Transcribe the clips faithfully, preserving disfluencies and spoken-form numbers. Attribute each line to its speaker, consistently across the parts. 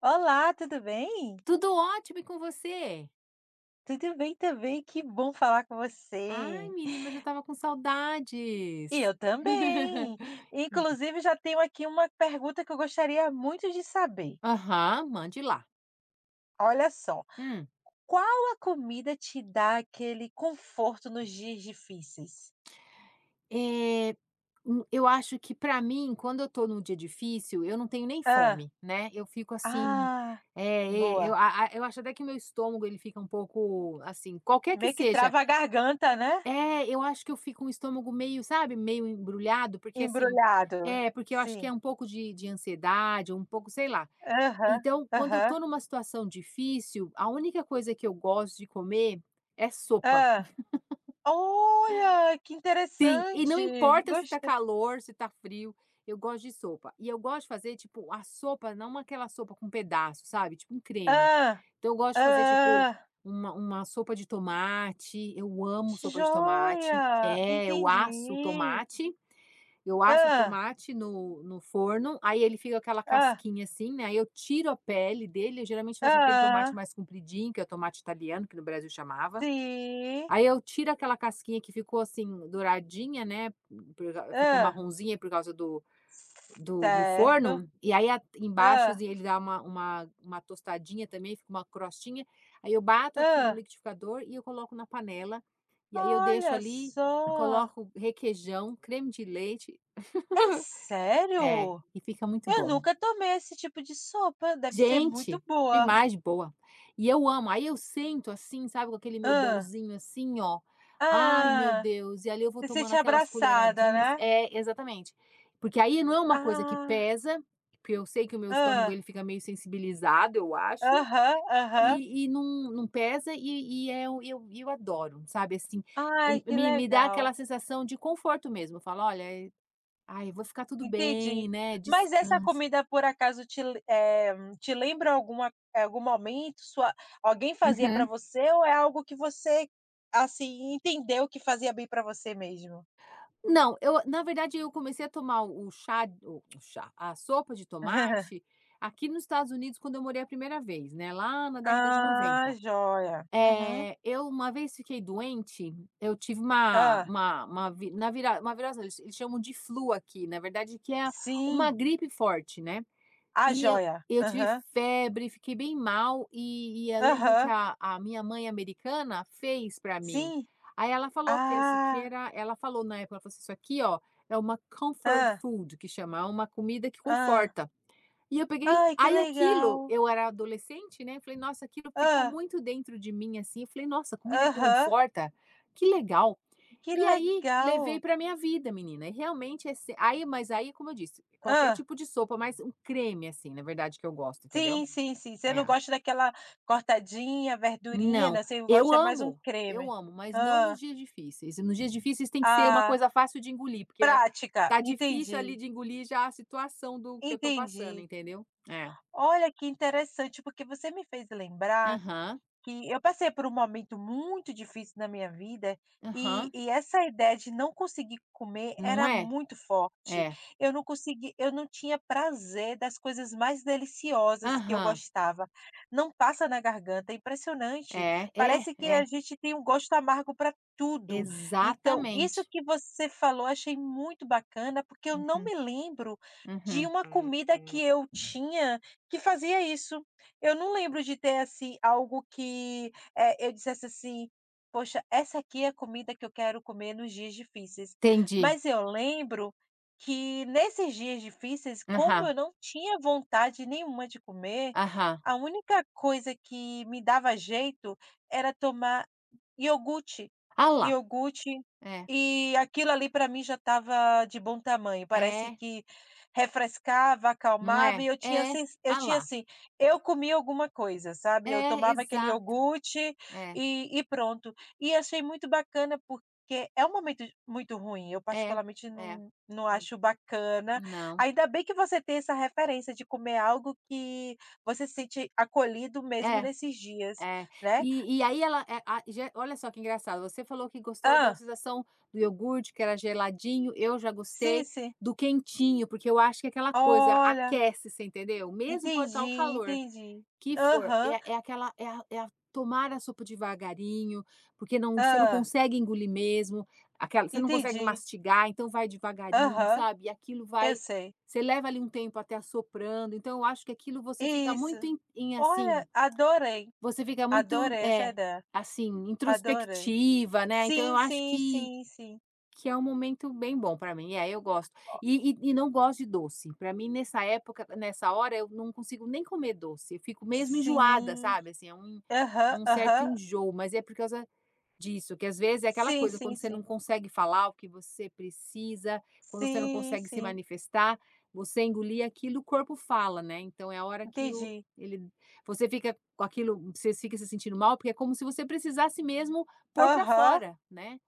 Speaker 1: Olá, tudo bem?
Speaker 2: Tudo ótimo e com você?
Speaker 1: Tudo bem também, que bom falar com
Speaker 2: Ai
Speaker 1: você.
Speaker 2: menina, eu já tava com
Speaker 1: E
Speaker 2: saudades.
Speaker 1: eu também.
Speaker 2: É.
Speaker 1: Inclusive, já tenho aqui uma pergunta que eu gostaria muito de saber.
Speaker 2: Aham, mande lá.
Speaker 1: Olha só,
Speaker 2: Hum.
Speaker 1: qual a comida te dá aquele conforto nos dias difíceis?
Speaker 2: Eh, hum, eu acho que pra mim, quando eu estou num dia difícil, eu não tenho nem
Speaker 1: Ah,
Speaker 2: fome, né, eu fico assim.
Speaker 1: ah,
Speaker 2: Eh, e eu
Speaker 1: boa.
Speaker 2: a a eu acho até que o meu estômago ele fica um pouco, assim, qualquer que
Speaker 1: Meio que
Speaker 2: seja.
Speaker 1: trava a garganta, né?
Speaker 2: É, eu acho que eu fico um estômago meio, sabe, meio embrulhado, porque assim
Speaker 1: Embrulhado.
Speaker 2: é, porque eu acho que
Speaker 1: Sim.
Speaker 2: é um pouco de de ansiedade, um pouco, sei lá.
Speaker 1: Aham,
Speaker 2: Então, quando eu
Speaker 1: aham.
Speaker 2: tô numa situação difícil, a única coisa que eu gosto de comer é sopa.
Speaker 1: Ah. Olha, que
Speaker 2: Sim, e não
Speaker 1: interessante.
Speaker 2: importa se tá
Speaker 1: Gostei.
Speaker 2: calor, se tá frio, eu gosto de sopa. E eu gosto de fazer, tipo, a sopa, não aquela sopa com pedaço, sabe? Tipo um creme.
Speaker 1: Ah.
Speaker 2: Então, eu gosto de fazer, tipo,
Speaker 1: Ah,
Speaker 2: uma, uma sopa de tomate. Eu amo sopa de tomate.
Speaker 1: joia,
Speaker 2: É, eu asso o
Speaker 1: entendi.
Speaker 2: tomate. Eu asso o
Speaker 1: Ah,
Speaker 2: tomate no no forno, aí ele fica aquela
Speaker 1: ah,
Speaker 2: casquinha assim, né, aí eu tiro a pele dele, eu geralmente faço aquele tomate
Speaker 1: ah,
Speaker 2: mais compridinho, que é o tomate italiano, que no Brasil chamava.
Speaker 1: sim.
Speaker 2: Aí eu tiro aquela casquinha que ficou assim douradinha, né, por ca ficou
Speaker 1: Ah.
Speaker 2: marronzinha por causa do do no
Speaker 1: Certo.
Speaker 2: forno, e aí a
Speaker 1: Ah,
Speaker 2: embaixozinha ele dá uma uma uma tostadinha também, fica uma crostinha, aí eu bato aqui no
Speaker 1: ah.
Speaker 2: liquidificador e eu coloco na panela, e aí eu deixo
Speaker 1: Olha
Speaker 2: ali,
Speaker 1: só.
Speaker 2: coloco requeijão, creme de leite.
Speaker 1: É
Speaker 2: É,
Speaker 1: sério?
Speaker 2: e fica muito
Speaker 1: Eu
Speaker 2: bom.
Speaker 1: nunca tomei esse tipo de sopa, deve ser muito
Speaker 2: Gente,
Speaker 1: boa.
Speaker 2: demais de boa. E eu amo. Aí eu sento assim, sabe, com aquele meu
Speaker 1: Ah,
Speaker 2: bolzinho assim, ó. Ai, meu
Speaker 1: ah.
Speaker 2: Deus. E ali eu vou
Speaker 1: Se
Speaker 2: tomando
Speaker 1: sente
Speaker 2: aquelas
Speaker 1: abraçada,
Speaker 2: colheradinhas.
Speaker 1: né?
Speaker 2: É, exatamente. Porque aí não é uma coisa que
Speaker 1: Ah.
Speaker 2: pesa, porque eu sei que o meu estômago
Speaker 1: Ah.
Speaker 2: ele fica meio sensibilizado, eu acho,
Speaker 1: Aham, aham.
Speaker 2: e, e não, não pesa, e, e é o- eu, eu adoro, sabe? Assim, é-
Speaker 1: Ai, que
Speaker 2: me, me dá
Speaker 1: legal.
Speaker 2: aquela sensação de conforto mesmo. Eu falo, olha, é- ai, vou ficar tudo bem,
Speaker 1: Entendi.
Speaker 2: né?
Speaker 1: Mas essa
Speaker 2: Descansa.
Speaker 1: comida por acaso te le eh, te lembra alguma eh, algum momento, sua alguém fazia para você ou é algo que você, assim, entendeu que fazia bem para você mesmo?
Speaker 2: Não, eu na verdade, eu comecei a tomar o chá o o chá, a sopa de tomate aqui nos Estados Unidos quando eu morei a primeira vez, né, lá na década de
Speaker 1: Ah,
Speaker 2: noventa.
Speaker 1: joia. Uhum.
Speaker 2: Eh, eu uma vez fiquei doente, eu tive uma
Speaker 1: Hã.
Speaker 2: uma uma vi na vira uma virose, eles eles chamam de flu aqui, na verdade, que é uma
Speaker 1: Sim.
Speaker 2: gripe forte, né.
Speaker 1: Ah,
Speaker 2: E eu
Speaker 1: joia.
Speaker 2: eu tive
Speaker 1: Aham.
Speaker 2: febre, fiquei bem mal, e e eu lembro que
Speaker 1: Aham.
Speaker 2: a a minha mãe americana fez para mim.
Speaker 1: Sim.
Speaker 2: Aí ela falou que esse aqui
Speaker 1: Ah.
Speaker 2: era ela falou na época, ela falou assim: "Isso aqui, ó, é uma comfort
Speaker 1: Ah,
Speaker 2: food que chama, é uma comida que
Speaker 1: ah.
Speaker 2: conforta". E eu peguei
Speaker 1: Ai, que
Speaker 2: aí aquilo
Speaker 1: legal.
Speaker 2: eu era adolescente, né, eu falei: "Nossa", aquilo ficou
Speaker 1: Ah.
Speaker 2: muito dentro de mim, assim, eu falei: "Nossa, comida que
Speaker 1: Aham.
Speaker 2: conforta, que legal".
Speaker 1: Que
Speaker 2: E aí,
Speaker 1: legal.
Speaker 2: levei para minha vida, menina, e realmente esse aí mas aí, como eu disse, qualquer
Speaker 1: Ah.
Speaker 2: tipo de sopa, mas um creme, assim, na verdade, que eu gosto, entendeu?
Speaker 1: Sim, sim, sim. Você não
Speaker 2: É.
Speaker 1: gosta daquela cortadinha, verdurinha,
Speaker 2: Não,
Speaker 1: né, você
Speaker 2: eu
Speaker 1: gosta é mais um
Speaker 2: amo, eu
Speaker 1: creme.
Speaker 2: amo, mas não nos
Speaker 1: Ah.
Speaker 2: dias difíceis. Nos dias difíceis tem que ser uma
Speaker 1: Ah,
Speaker 2: coisa fácil de engolir, porque, eh,
Speaker 1: prática.
Speaker 2: tá difícil
Speaker 1: Entendi,
Speaker 2: ali de engolir já a situação do que eu tô passando,
Speaker 1: entendi.
Speaker 2: entendeu? É.
Speaker 1: Olha, que interessante, porque você me fez lembrar
Speaker 2: Aham,
Speaker 1: que eu passei por um momento muito difícil na minha vida, e
Speaker 2: aham.
Speaker 1: e essa ideia de não conseguir comer
Speaker 2: Não
Speaker 1: era
Speaker 2: é?
Speaker 1: muito forte.
Speaker 2: É.
Speaker 1: Eu não consegui eu não tinha prazer das coisas mais deliciosas que eu
Speaker 2: Aham.
Speaker 1: gostava. Não passa na garganta, é impressionante.
Speaker 2: É, é,
Speaker 1: Parece que
Speaker 2: é.
Speaker 1: a gente tem um gosto amargo para tudo. Então, isso
Speaker 2: Exatamente.
Speaker 1: que você falou, achei muito bacana, porque eu não
Speaker 2: Uhum,
Speaker 1: me lembro de
Speaker 2: uhum.
Speaker 1: uma comida que eu tinha que fazia isso. Eu não lembro de ter, assim, algo que, eh, eu dissesse assim: "Poxa, essa aqui é a comida que eu quero comer nos dias difíceis".
Speaker 2: Entendi.
Speaker 1: Mas eu lembro que nesses dias difíceis, como
Speaker 2: Aham,
Speaker 1: eu não tinha vontade nenhuma de comer,
Speaker 2: aham.
Speaker 1: a única coisa que me dava jeito era tomar iogurte,
Speaker 2: Ah lá,
Speaker 1: iogurte,
Speaker 2: é,
Speaker 1: e aquilo ali para mim já estava de bom tamanho, parece
Speaker 2: é,
Speaker 1: que refrescava,
Speaker 2: não
Speaker 1: acalmava
Speaker 2: é?
Speaker 1: e eu tinha
Speaker 2: É,
Speaker 1: sens eu
Speaker 2: ah
Speaker 1: tinha
Speaker 2: lá,
Speaker 1: assim, eu comia alguma coisa, sabe, eu
Speaker 2: é,
Speaker 1: tomava aquele
Speaker 2: exato,
Speaker 1: iogurte
Speaker 2: é,
Speaker 1: e e pronto. E achei muito bacana porque é um momento muito ruim, eu
Speaker 2: é,
Speaker 1: particularmente
Speaker 2: é,
Speaker 1: não não
Speaker 2: é,
Speaker 1: acho bacana,
Speaker 2: não,
Speaker 1: ainda bem que você tem essa referência de comer algo que você se sente acolhido mesmo
Speaker 2: é,
Speaker 1: nesses dias,
Speaker 2: é.
Speaker 1: né.
Speaker 2: E e aí ela, eh, a já olha só que engraçado, você falou que gostou da
Speaker 1: Ah.
Speaker 2: sensação do iogurte, que era geladinho, eu já
Speaker 1: Sim,
Speaker 2: gostei
Speaker 1: sim.
Speaker 2: do quentinho, porque eu acho que é aquela coisa,
Speaker 1: Olha,
Speaker 2: aquece, você entendeu? Mesmo por estar o
Speaker 1: entendi,
Speaker 2: calor.
Speaker 1: entendi.
Speaker 2: Que for,
Speaker 1: Aham.
Speaker 2: é é aquela é a é a tomar a sopa devagarinho, porque não você não
Speaker 1: Ah,
Speaker 2: consegue engolir mesmo, aquela você não consegue
Speaker 1: entendi.
Speaker 2: mastigar, então vai devagarinho,
Speaker 1: Aham,
Speaker 2: sabe, e aquilo
Speaker 1: eu
Speaker 2: vai
Speaker 1: sei.
Speaker 2: você leva ali um tempo até assoprando, então eu acho que aquilo você fica muito
Speaker 1: Isso.
Speaker 2: em em assim,
Speaker 1: Olha, adorei,
Speaker 2: você fica muito,
Speaker 1: adorei essa
Speaker 2: é
Speaker 1: ideia,
Speaker 2: assim,
Speaker 1: adorei.
Speaker 2: introspectiva, né, então
Speaker 1: Sim,
Speaker 2: eu acho
Speaker 1: sim,
Speaker 2: que
Speaker 1: sim, sim.
Speaker 2: que é um momento bem bom para mim. É, eu gosto. E e e não gosto de doce. Para mim, nessa época, nessa hora, eu não consigo nem comer doce. Eu fico mesmo enjoada,
Speaker 1: Sim.
Speaker 2: sabe, assim, é um é
Speaker 1: Aham,
Speaker 2: um certo
Speaker 1: aham.
Speaker 2: enjoo, mas é por causa disso, que às vezes é aquela
Speaker 1: Sim,
Speaker 2: coisa, quando
Speaker 1: sim,
Speaker 2: você não
Speaker 1: sim.
Speaker 2: consegue falar o que você precisa, quando você não
Speaker 1: Sim,
Speaker 2: consegue se
Speaker 1: sim,
Speaker 2: manifestar, você engolir aquilo, o corpo fala, né, então é a hora que o
Speaker 1: entendi.
Speaker 2: ele você fica com aquilo, você fica se sentindo mal, porque é como se você precisasse mesmo pôr para
Speaker 1: Aham,
Speaker 2: fora, né.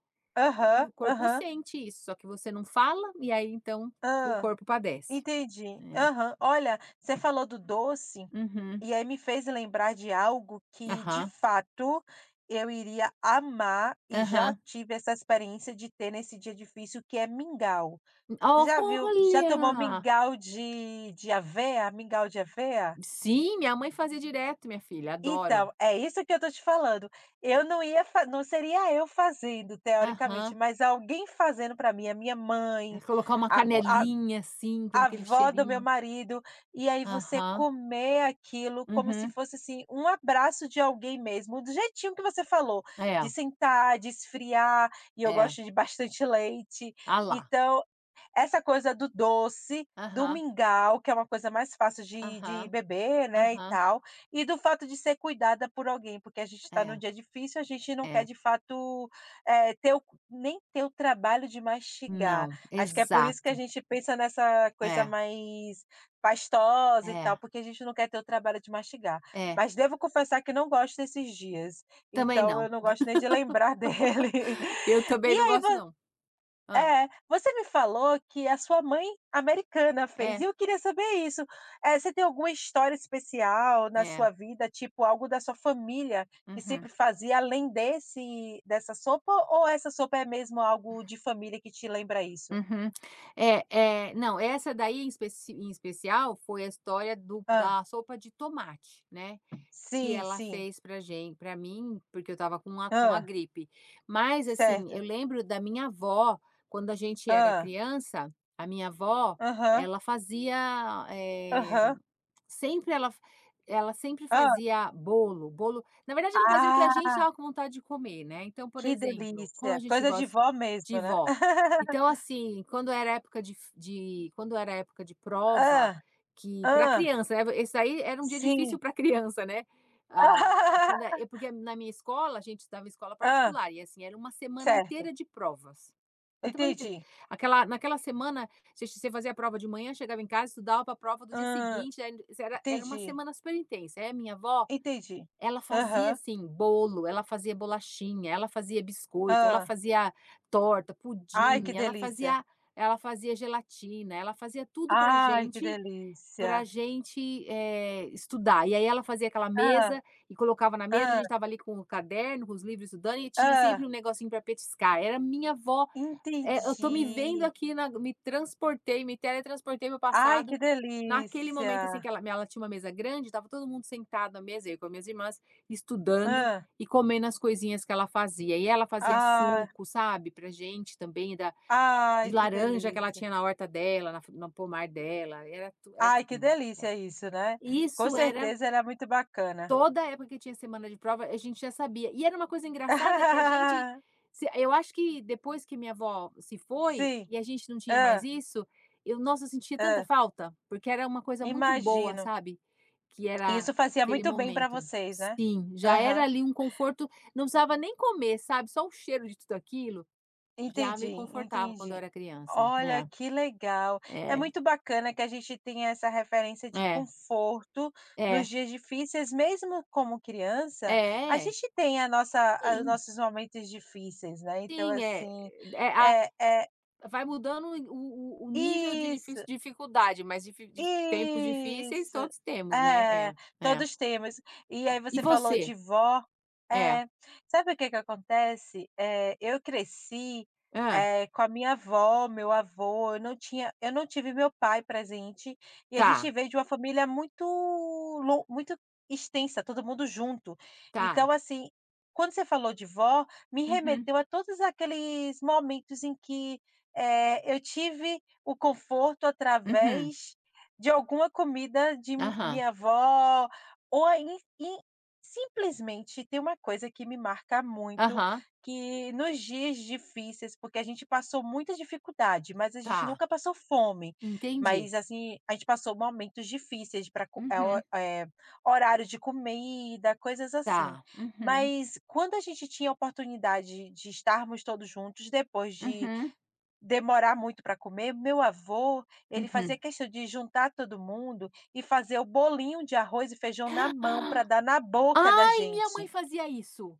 Speaker 2: E
Speaker 1: aham,
Speaker 2: o corpo
Speaker 1: aham.
Speaker 2: sente isso, só que você não fala, e aí então o
Speaker 1: Ah.
Speaker 2: corpo padece.
Speaker 1: Entendi.
Speaker 2: É.
Speaker 1: Aham. Olha, você falou do doce,
Speaker 2: Uhum.
Speaker 1: e aí me fez lembrar de algo que, de
Speaker 2: Aham.
Speaker 1: fato, eu iria amar e já
Speaker 2: Aham.
Speaker 1: tive essa experiência de ter nesse dia difícil, que é mingau. Você já viu já tomou
Speaker 2: Olha!
Speaker 1: mingau de de aveia? Mingau de aveia?
Speaker 2: Sim, minha mãe fazia direto, minha filha, adoro.
Speaker 1: Então, é isso que eu tô te falando. Eu não ia fa Não seria eu fazendo, teoricamente,
Speaker 2: Aham.
Speaker 1: mas alguém fazendo para mim, a minha
Speaker 2: É
Speaker 1: mãe,
Speaker 2: colocar uma canelinha, assim, com
Speaker 1: a
Speaker 2: aquele
Speaker 1: avó do meu
Speaker 2: cheirinho.
Speaker 1: marido, e aí você
Speaker 2: Aham.
Speaker 1: comer aquilo como se
Speaker 2: Uhum.
Speaker 1: fosse, assim, um abraço de alguém mesmo, do jeitinho que você falou,
Speaker 2: É,
Speaker 1: de sentar, de esfriar, e eu
Speaker 2: é.
Speaker 1: gosto de bastante leite,
Speaker 2: Ah lá.
Speaker 1: então essa coisa do doce, do
Speaker 2: Aham,
Speaker 1: mingau, que é uma coisa mais fácil de de
Speaker 2: aham,
Speaker 1: beber, né, e
Speaker 2: aham.
Speaker 1: tal, e do fato de ser cuidada por alguém, porque a gente está num
Speaker 2: É,
Speaker 1: dia difícil, a gente não quer
Speaker 2: é.
Speaker 1: de fato, eh, ter o nem ter o trabalho de mastigar.
Speaker 2: Não,
Speaker 1: Acho que é por isso que a
Speaker 2: exato.
Speaker 1: gente pensa nessa coisa
Speaker 2: É,
Speaker 1: mais pastosa e tal,
Speaker 2: é,
Speaker 1: porque a gente não quer ter o trabalho de mastigar.
Speaker 2: é.
Speaker 1: Mas devo confessar que não gosto desses dias,
Speaker 2: Também
Speaker 1: então
Speaker 2: não.
Speaker 1: eu não gosto nem de lembrar dele.
Speaker 2: Eu também
Speaker 1: E
Speaker 2: não
Speaker 1: aí,
Speaker 2: gosto não. Hã.
Speaker 1: é, você me falou que a sua mãe americana fez, e
Speaker 2: É.
Speaker 1: eu queria saber isso. Eh, você tem alguma história especial na
Speaker 2: É.
Speaker 1: sua vida, tipo algo da sua família que sempre
Speaker 2: Uhum.
Speaker 1: fazia além desse dessa sopa, ou essa sopa é mesmo algo de família que te lembra isso?
Speaker 2: Uhum. É, eh, não, essa daí em especi em especial foi a história do
Speaker 1: Hã.
Speaker 2: da sopa de tomate, né, que
Speaker 1: Sim,
Speaker 2: ela
Speaker 1: sim.
Speaker 2: fez pra gente, para mim, porque eu estava com a com a
Speaker 1: Hã.
Speaker 2: gripe. Mas, assim, eu
Speaker 1: Certo.
Speaker 2: lembro da minha avó, quando a gente era
Speaker 1: Hã.
Speaker 2: criança, a minha avó,
Speaker 1: Aham.
Speaker 2: ela fazia, eh,
Speaker 1: Aham.
Speaker 2: sempre ela ela sempre
Speaker 1: Hã.
Speaker 2: fazia bolo, bolo, na verdade ela fazia o que a
Speaker 1: Ah,
Speaker 2: gente tava com vontade de comer, né. Então, por
Speaker 1: que
Speaker 2: exemplo, como a
Speaker 1: delícia.
Speaker 2: gente
Speaker 1: Coisa de
Speaker 2: gosta
Speaker 1: vó
Speaker 2: de
Speaker 1: mesmo, né.
Speaker 2: vó, então, assim, quando era época de f de quando era época de prova,
Speaker 1: Hã.
Speaker 2: que para
Speaker 1: Hã.
Speaker 2: criança, né, esse aí era um dia
Speaker 1: Sim.
Speaker 2: difícil para criança, né. Ah, quando é é porque na minha escola, a gente estava em escola
Speaker 1: Hã.
Speaker 2: particular e, assim, era uma semana
Speaker 1: Certo.
Speaker 2: inteira de provas. Uma semana inteira.
Speaker 1: Entendi.
Speaker 2: Aquela Naquela semana, você você fazia a prova de manhã, chegava em casa, estudava para a prova do dia
Speaker 1: Hã,
Speaker 2: seguinte, aí era era uma
Speaker 1: entendi,
Speaker 2: semana super intensa. Aí a minha avó,
Speaker 1: entendi.
Speaker 2: ela fazia,
Speaker 1: Aham.
Speaker 2: assim, bolo, ela fazia bolachinha, ela fazia biscoito, ela
Speaker 1: Hã.
Speaker 2: fazia torta,
Speaker 1: Ai, que
Speaker 2: pudim, ela
Speaker 1: delícia.
Speaker 2: fazia ela fazia gelatina, ela fazia tudo pra
Speaker 1: Ai, que
Speaker 2: gente.
Speaker 1: delícia.
Speaker 2: Pra gente, eh, estudar. E aí ela fazia aquela
Speaker 1: Hã,
Speaker 2: mesa e colocava na mesa, a gente
Speaker 1: hã,
Speaker 2: estava ali com o caderno, com os livros estudando, e tinha
Speaker 1: hã.
Speaker 2: sempre um negocinho para petiscar. Era minha avó, eh, eu tô me vendo
Speaker 1: Entendi.
Speaker 2: aqui na me transportei, me teletransportei para o
Speaker 1: Ai, que
Speaker 2: passado, naquele
Speaker 1: delícia.
Speaker 2: momento, assim, que ela ela tinha uma mesa grande, estava todo mundo sentado na mesa, eu com as minhas irmãs, estudando
Speaker 1: Hã.
Speaker 2: e comendo as coisinhas que ela fazia. E ela fazia
Speaker 1: Ah,
Speaker 2: suco, sabe, pra gente também da de
Speaker 1: ai, que
Speaker 2: laranja que ela
Speaker 1: delícia.
Speaker 2: tinha na horta dela, na no pomar dela, era tu era
Speaker 1: Ai, que
Speaker 2: assim.
Speaker 1: delícia isso, né. Com
Speaker 2: Isso era
Speaker 1: certeza era muito bacana.
Speaker 2: toda a época que tinha semana de prova, a gente já sabia. E era uma coisa engraçada que a gente se eu acho que depois que minha avó se foi
Speaker 1: Sim.
Speaker 2: e a gente não tinha mais
Speaker 1: Hã,
Speaker 2: isso, eu nossa, eu sentia tanta
Speaker 1: hã.
Speaker 2: falta, porque era uma coisa muito boa,
Speaker 1: Imagino.
Speaker 2: sabe, que era
Speaker 1: Isso fazia
Speaker 2: aquele
Speaker 1: muito bem pra
Speaker 2: momento.
Speaker 1: vocês, né?
Speaker 2: Sim, já era
Speaker 1: Aham.
Speaker 2: ali um conforto, não precisava nem comer, sabe, só o cheiro de tudo aquilo já
Speaker 1: Entendi,
Speaker 2: me confortava quando eu
Speaker 1: entendi.
Speaker 2: era criança.
Speaker 1: Olha,
Speaker 2: É,
Speaker 1: que legal. É
Speaker 2: é,
Speaker 1: muito bacana que a gente tenha essa referência de
Speaker 2: é,
Speaker 1: conforto nos dias difíceis, mesmo como criança, a
Speaker 2: é, é,
Speaker 1: gente tem a nossa a
Speaker 2: sim,
Speaker 1: nossos momentos difíceis, né, então
Speaker 2: sim, é,
Speaker 1: assim,
Speaker 2: é a
Speaker 1: é é
Speaker 2: vai mudando o o o nível de
Speaker 1: isso.
Speaker 2: difícil dificuldade, mas difi de tempos difíceis
Speaker 1: Isso.
Speaker 2: todos temos, né.
Speaker 1: É,
Speaker 2: É, é.
Speaker 1: todos temos. E aí
Speaker 2: E
Speaker 1: você falou de
Speaker 2: você?
Speaker 1: vó.
Speaker 2: É.
Speaker 1: É, sabe o que que acontece? É eu cresci,
Speaker 2: Ah,
Speaker 1: é com a minha avó, meu avô, eu não tinha eu não tive meu pai presente, e a gente
Speaker 2: tá,
Speaker 1: veio de uma família muito lon muito extensa, todo mundo junto.
Speaker 2: tá.
Speaker 1: Então assim, quando você falou de vó, me
Speaker 2: Uhum,
Speaker 1: remeteu a todos aqueles momentos em que, é eu tive o conforto
Speaker 2: uhum.
Speaker 1: através de alguma comida de
Speaker 2: Aham,
Speaker 1: minha avó, ou aí e simplesmente tem uma coisa que me marca muito,
Speaker 2: aham.
Speaker 1: que nos dias difíceis, porque a gente passou muita dificuldade, mas a gente
Speaker 2: Tá,
Speaker 1: nunca passou fome,
Speaker 2: entendi.
Speaker 1: mas, assim, a gente passou momentos difíceis para co eh,
Speaker 2: Uhum.
Speaker 1: eh, horário de comida, coisas assim.
Speaker 2: Tá. Uhum,
Speaker 1: Mas quando a gente tinha a oportunidade de estarmos todos juntos, depois de
Speaker 2: uhum,
Speaker 1: demorar muito para comer, meu avô, ele
Speaker 2: uhum.
Speaker 1: fazia questão de juntar todo mundo e fazer o bolinho de arroz e feijão na mão para dar na boca da
Speaker 2: Ai, minha mãe
Speaker 1: gente.
Speaker 2: fazia isso.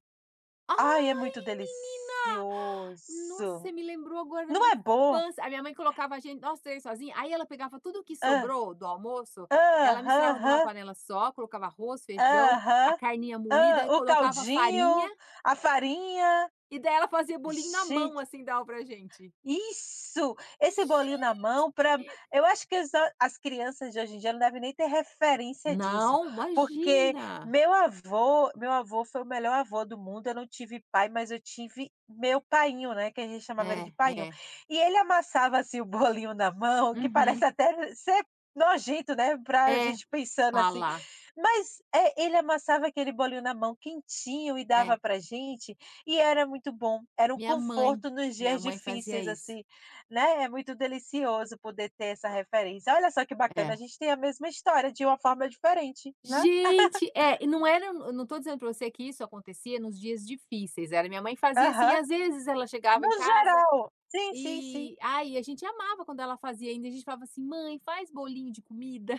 Speaker 1: Ai, é muito
Speaker 2: Ai, menina! Nossa, você
Speaker 1: delicioso.
Speaker 2: me lembrou agora da minha
Speaker 1: Não é bom?
Speaker 2: infância. A minha mãe colocava a gente, nós três sozinhos. Aí ela pegava tudo o que
Speaker 1: Ah,
Speaker 2: sobrou do almoço, ela misturava numa
Speaker 1: aham,
Speaker 2: panela só, colocava arroz,
Speaker 1: hã,
Speaker 2: feijão, a
Speaker 1: aham,
Speaker 2: carninha
Speaker 1: ah,
Speaker 2: moída,
Speaker 1: o
Speaker 2: colocava farinha,
Speaker 1: caldinho, a farinha.
Speaker 2: e daí ela fazia bolinho na mão, assim, dava pra gente.
Speaker 1: Isso! Esse bolinho na mão, pra
Speaker 2: Gente!
Speaker 1: eu acho que as as crianças de hoje em dia não devem nem ter referência disso,
Speaker 2: Não,
Speaker 1: porque
Speaker 2: imagina!
Speaker 1: meu avô meu avô foi o melhor avô do mundo, eu não tive pai, mas eu tive meu painho, né, que a gente chamava ele de
Speaker 2: É,
Speaker 1: painho.
Speaker 2: é.
Speaker 1: E ele amassava, assim, o bolinho na mão, que
Speaker 2: Uhum.
Speaker 1: parece até ser nojento, né, pra
Speaker 2: É,
Speaker 1: gente pensando
Speaker 2: ah
Speaker 1: assim,
Speaker 2: lá,
Speaker 1: mas, é ele amassava aquele bolinho na mão quentinho e
Speaker 2: é.
Speaker 1: dava pra gente, e era muito bom, era um
Speaker 2: Minha mãe,
Speaker 1: conforto nos
Speaker 2: minha
Speaker 1: dias
Speaker 2: mãe fazia
Speaker 1: difíceis,
Speaker 2: isso.
Speaker 1: assim, né, é muito delicioso poder ter essa referência. Olha só que bacana, a
Speaker 2: É.
Speaker 1: gente tem a mesma história de uma forma diferente, né.
Speaker 2: Gente, é, e não era eu não tô dizendo para você que isso acontecia nos dias difíceis, era minha mãe fazia assim,
Speaker 1: Aham.
Speaker 2: às vezes ela chegava
Speaker 1: No
Speaker 2: em casa
Speaker 1: geral. Sim, sim, sim.
Speaker 2: e ai, a gente amava quando ela fazia ainda, a gente falava assim: "Mãe, faz bolinho de comida",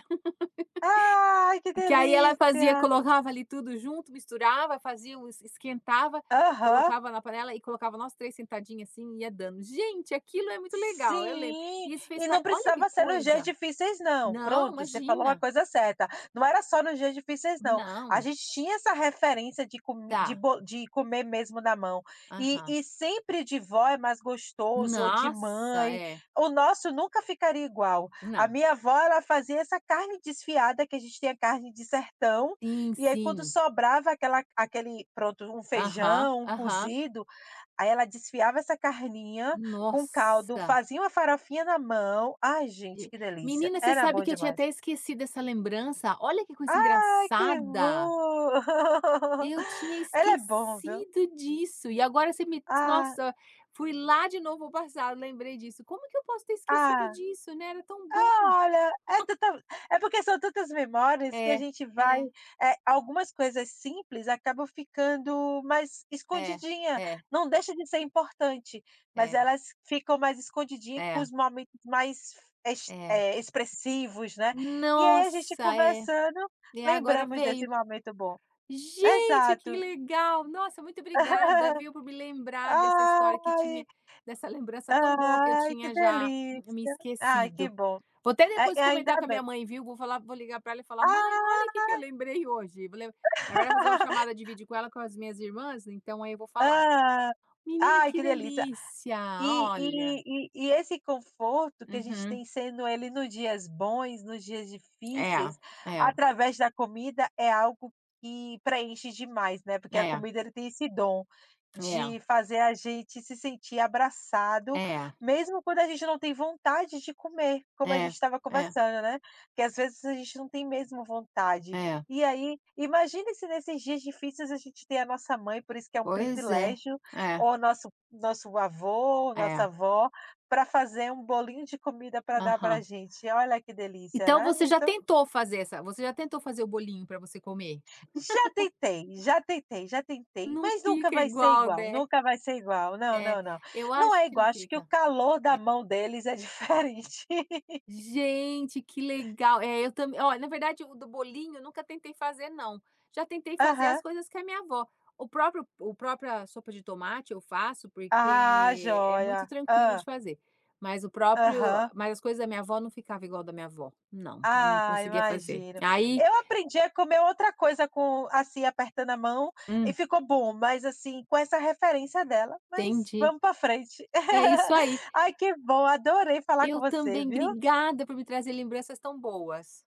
Speaker 1: Ai, que
Speaker 2: que aí ela
Speaker 1: delícia.
Speaker 2: fazia, colocava ali tudo junto, misturava, fazia o es esquentava,
Speaker 1: Aham.
Speaker 2: colocava na panela e colocava nós três sentadinhos assim, e ia dando. Gente, aquilo é muito legal, eu lembro.
Speaker 1: Sim,
Speaker 2: E isso fez
Speaker 1: e
Speaker 2: parte.
Speaker 1: não
Speaker 2: Olha que
Speaker 1: precisava ser nos dias
Speaker 2: coisa.
Speaker 1: difíceis não,
Speaker 2: Não,
Speaker 1: pronto, você falou uma
Speaker 2: imagina.
Speaker 1: coisa certa, não era só nos dias difíceis não, a
Speaker 2: Não.
Speaker 1: gente tinha essa referência de comi de
Speaker 2: Tá.
Speaker 1: bo de comer mesmo na mão, e
Speaker 2: Aham.
Speaker 1: e sempre de vó é mais gostoso ou de
Speaker 2: Nossa,
Speaker 1: mãe,
Speaker 2: é.
Speaker 1: o nosso nunca ficaria igual. A
Speaker 2: Não.
Speaker 1: minha avó ela fazia essa carne desfiada que a gente tinha carne de sertão,
Speaker 2: Sim,
Speaker 1: e aí quando
Speaker 2: sim.
Speaker 1: sobrava aquela aquele pronto, um
Speaker 2: Aham,
Speaker 1: feijão, um
Speaker 2: aham.
Speaker 1: cozido, aí ela desfiava essa carninha, com caldo,
Speaker 2: Nossa!
Speaker 1: faziam a farofinha na mão. Ai, gente,
Speaker 2: E
Speaker 1: que delícia.
Speaker 2: menina, você
Speaker 1: Era
Speaker 2: sabe
Speaker 1: bom
Speaker 2: que eu tinha
Speaker 1: demais.
Speaker 2: até esquecido essa lembrança. Olha que coisa
Speaker 1: Ai, que
Speaker 2: engraçada!
Speaker 1: bom.
Speaker 2: Eu tinha
Speaker 1: Ele é bom, viu.
Speaker 2: esquecido disso e agora você me
Speaker 1: Ah,
Speaker 2: nossa, fui lá de novo ao passado, lembrei disso. Como que eu posso ter esquecido
Speaker 1: ah.
Speaker 2: disso, né, era tão bom.
Speaker 1: Olha, é tanta é porque são tantas memórias que a
Speaker 2: É,
Speaker 1: gente vai,
Speaker 2: é,
Speaker 1: eh, algumas coisas simples acabam ficando mais
Speaker 2: é,
Speaker 1: escondidinha,
Speaker 2: é,
Speaker 1: não deixa de ser importante, mas
Speaker 2: é,
Speaker 1: elas ficam mais escondidinha com
Speaker 2: é,
Speaker 1: os momentos mais ex
Speaker 2: é.
Speaker 1: eh, expressivos, né. E aí a gente
Speaker 2: Nossa, é.
Speaker 1: conversando,
Speaker 2: E agora
Speaker 1: lembramos desse
Speaker 2: veio.
Speaker 1: momento bom.
Speaker 2: Gente, que
Speaker 1: Exato.
Speaker 2: legal! Nossa, muito obrigada, viu, por me lembrar dessa história que tinha
Speaker 1: Ai,
Speaker 2: dessa lembrança tão boa que eu
Speaker 1: ai, que
Speaker 2: tinha já me
Speaker 1: delícia. Ai, que
Speaker 2: esquecido.
Speaker 1: bom.
Speaker 2: Vou até
Speaker 1: Ai,
Speaker 2: depois
Speaker 1: ainda
Speaker 2: comentar com a minha
Speaker 1: bem.
Speaker 2: mãe, viu, vou falar vou ligar para ela e falar: "Mãe, olha o que
Speaker 1: Ah.
Speaker 2: que eu lembrei hoje". Vou lem Na verdade, fazer uma chamada de vídeo com ela, com as minhas irmãs, então aí eu vou falar.
Speaker 1: Ah,
Speaker 2: Menina,
Speaker 1: ai,
Speaker 2: que
Speaker 1: que delícia.
Speaker 2: delícia!
Speaker 1: E
Speaker 2: Olha.
Speaker 1: e e e esse conforto que a gente
Speaker 2: Uhum.
Speaker 1: tem sendo ele nos dias bons, nos dias
Speaker 2: É,
Speaker 1: difíceis,
Speaker 2: é,
Speaker 1: através da comida, é algo que preenche demais, né, porque a
Speaker 2: é,
Speaker 1: comida ele tem esse dom
Speaker 2: é,
Speaker 1: de fazer a gente se sentir abraçado,
Speaker 2: é,
Speaker 1: mesmo quando a gente não tem vontade de comer, como a gente
Speaker 2: é,
Speaker 1: estava
Speaker 2: é,
Speaker 1: conversando, né, porque às vezes a gente não tem mesmo vontade.
Speaker 2: é.
Speaker 1: E aí, imagine se nesses dias difíceis a gente tem a nossa mãe, por isso que é um
Speaker 2: Pois é.
Speaker 1: privilégio,
Speaker 2: É,
Speaker 1: ou nosso nosso avô, nossa
Speaker 2: é.
Speaker 1: avó, para fazer um bolinho de comida para dar pra
Speaker 2: Aham.
Speaker 1: gente, olha que delícia,
Speaker 2: Então
Speaker 1: né.
Speaker 2: você já
Speaker 1: Então,
Speaker 2: tentou fazer essa você já tentou fazer o bolinho para você comer?
Speaker 1: já tentei, já tentei, já tentei,
Speaker 2: Não
Speaker 1: mas nunca
Speaker 2: fica
Speaker 1: vai ser
Speaker 2: igual,
Speaker 1: igual,
Speaker 2: né?
Speaker 1: nunca vai ser igual, não,
Speaker 2: É,
Speaker 1: não, não.
Speaker 2: eu
Speaker 1: Não
Speaker 2: acho
Speaker 1: é
Speaker 2: que não
Speaker 1: igual, acho que o
Speaker 2: fica.
Speaker 1: calor da mão deles é diferente.
Speaker 2: Gente, que legal! É, eu também olha, na verdade, o do bolinho eu nunca tentei fazer não. Já tentei fazer as
Speaker 1: Aham.
Speaker 2: coisas que a minha avó. O próprio o própria sopa de tomate eu faço,
Speaker 1: Ah,
Speaker 2: porque é muito
Speaker 1: joia.
Speaker 2: tranquilo de
Speaker 1: Ah.
Speaker 2: fazer. Mas o próprio
Speaker 1: Aham.
Speaker 2: Mas as coisas da minha avó não ficava igual da minha avó. Não, não
Speaker 1: Ah,
Speaker 2: conseguia fazer.
Speaker 1: imagino.
Speaker 2: Aí.
Speaker 1: Eu aprendi a comer outra coisa com assim, apertando a mão e
Speaker 2: Hum.
Speaker 1: ficou bom, mas assim, com essa referência dela, mas
Speaker 2: Entendi.
Speaker 1: vamos para frente.
Speaker 2: É isso aí.
Speaker 1: Ai, que bom, adorei falar com
Speaker 2: Eu
Speaker 1: você,
Speaker 2: também,
Speaker 1: viu?
Speaker 2: obrigada por me trazer lembranças tão boas.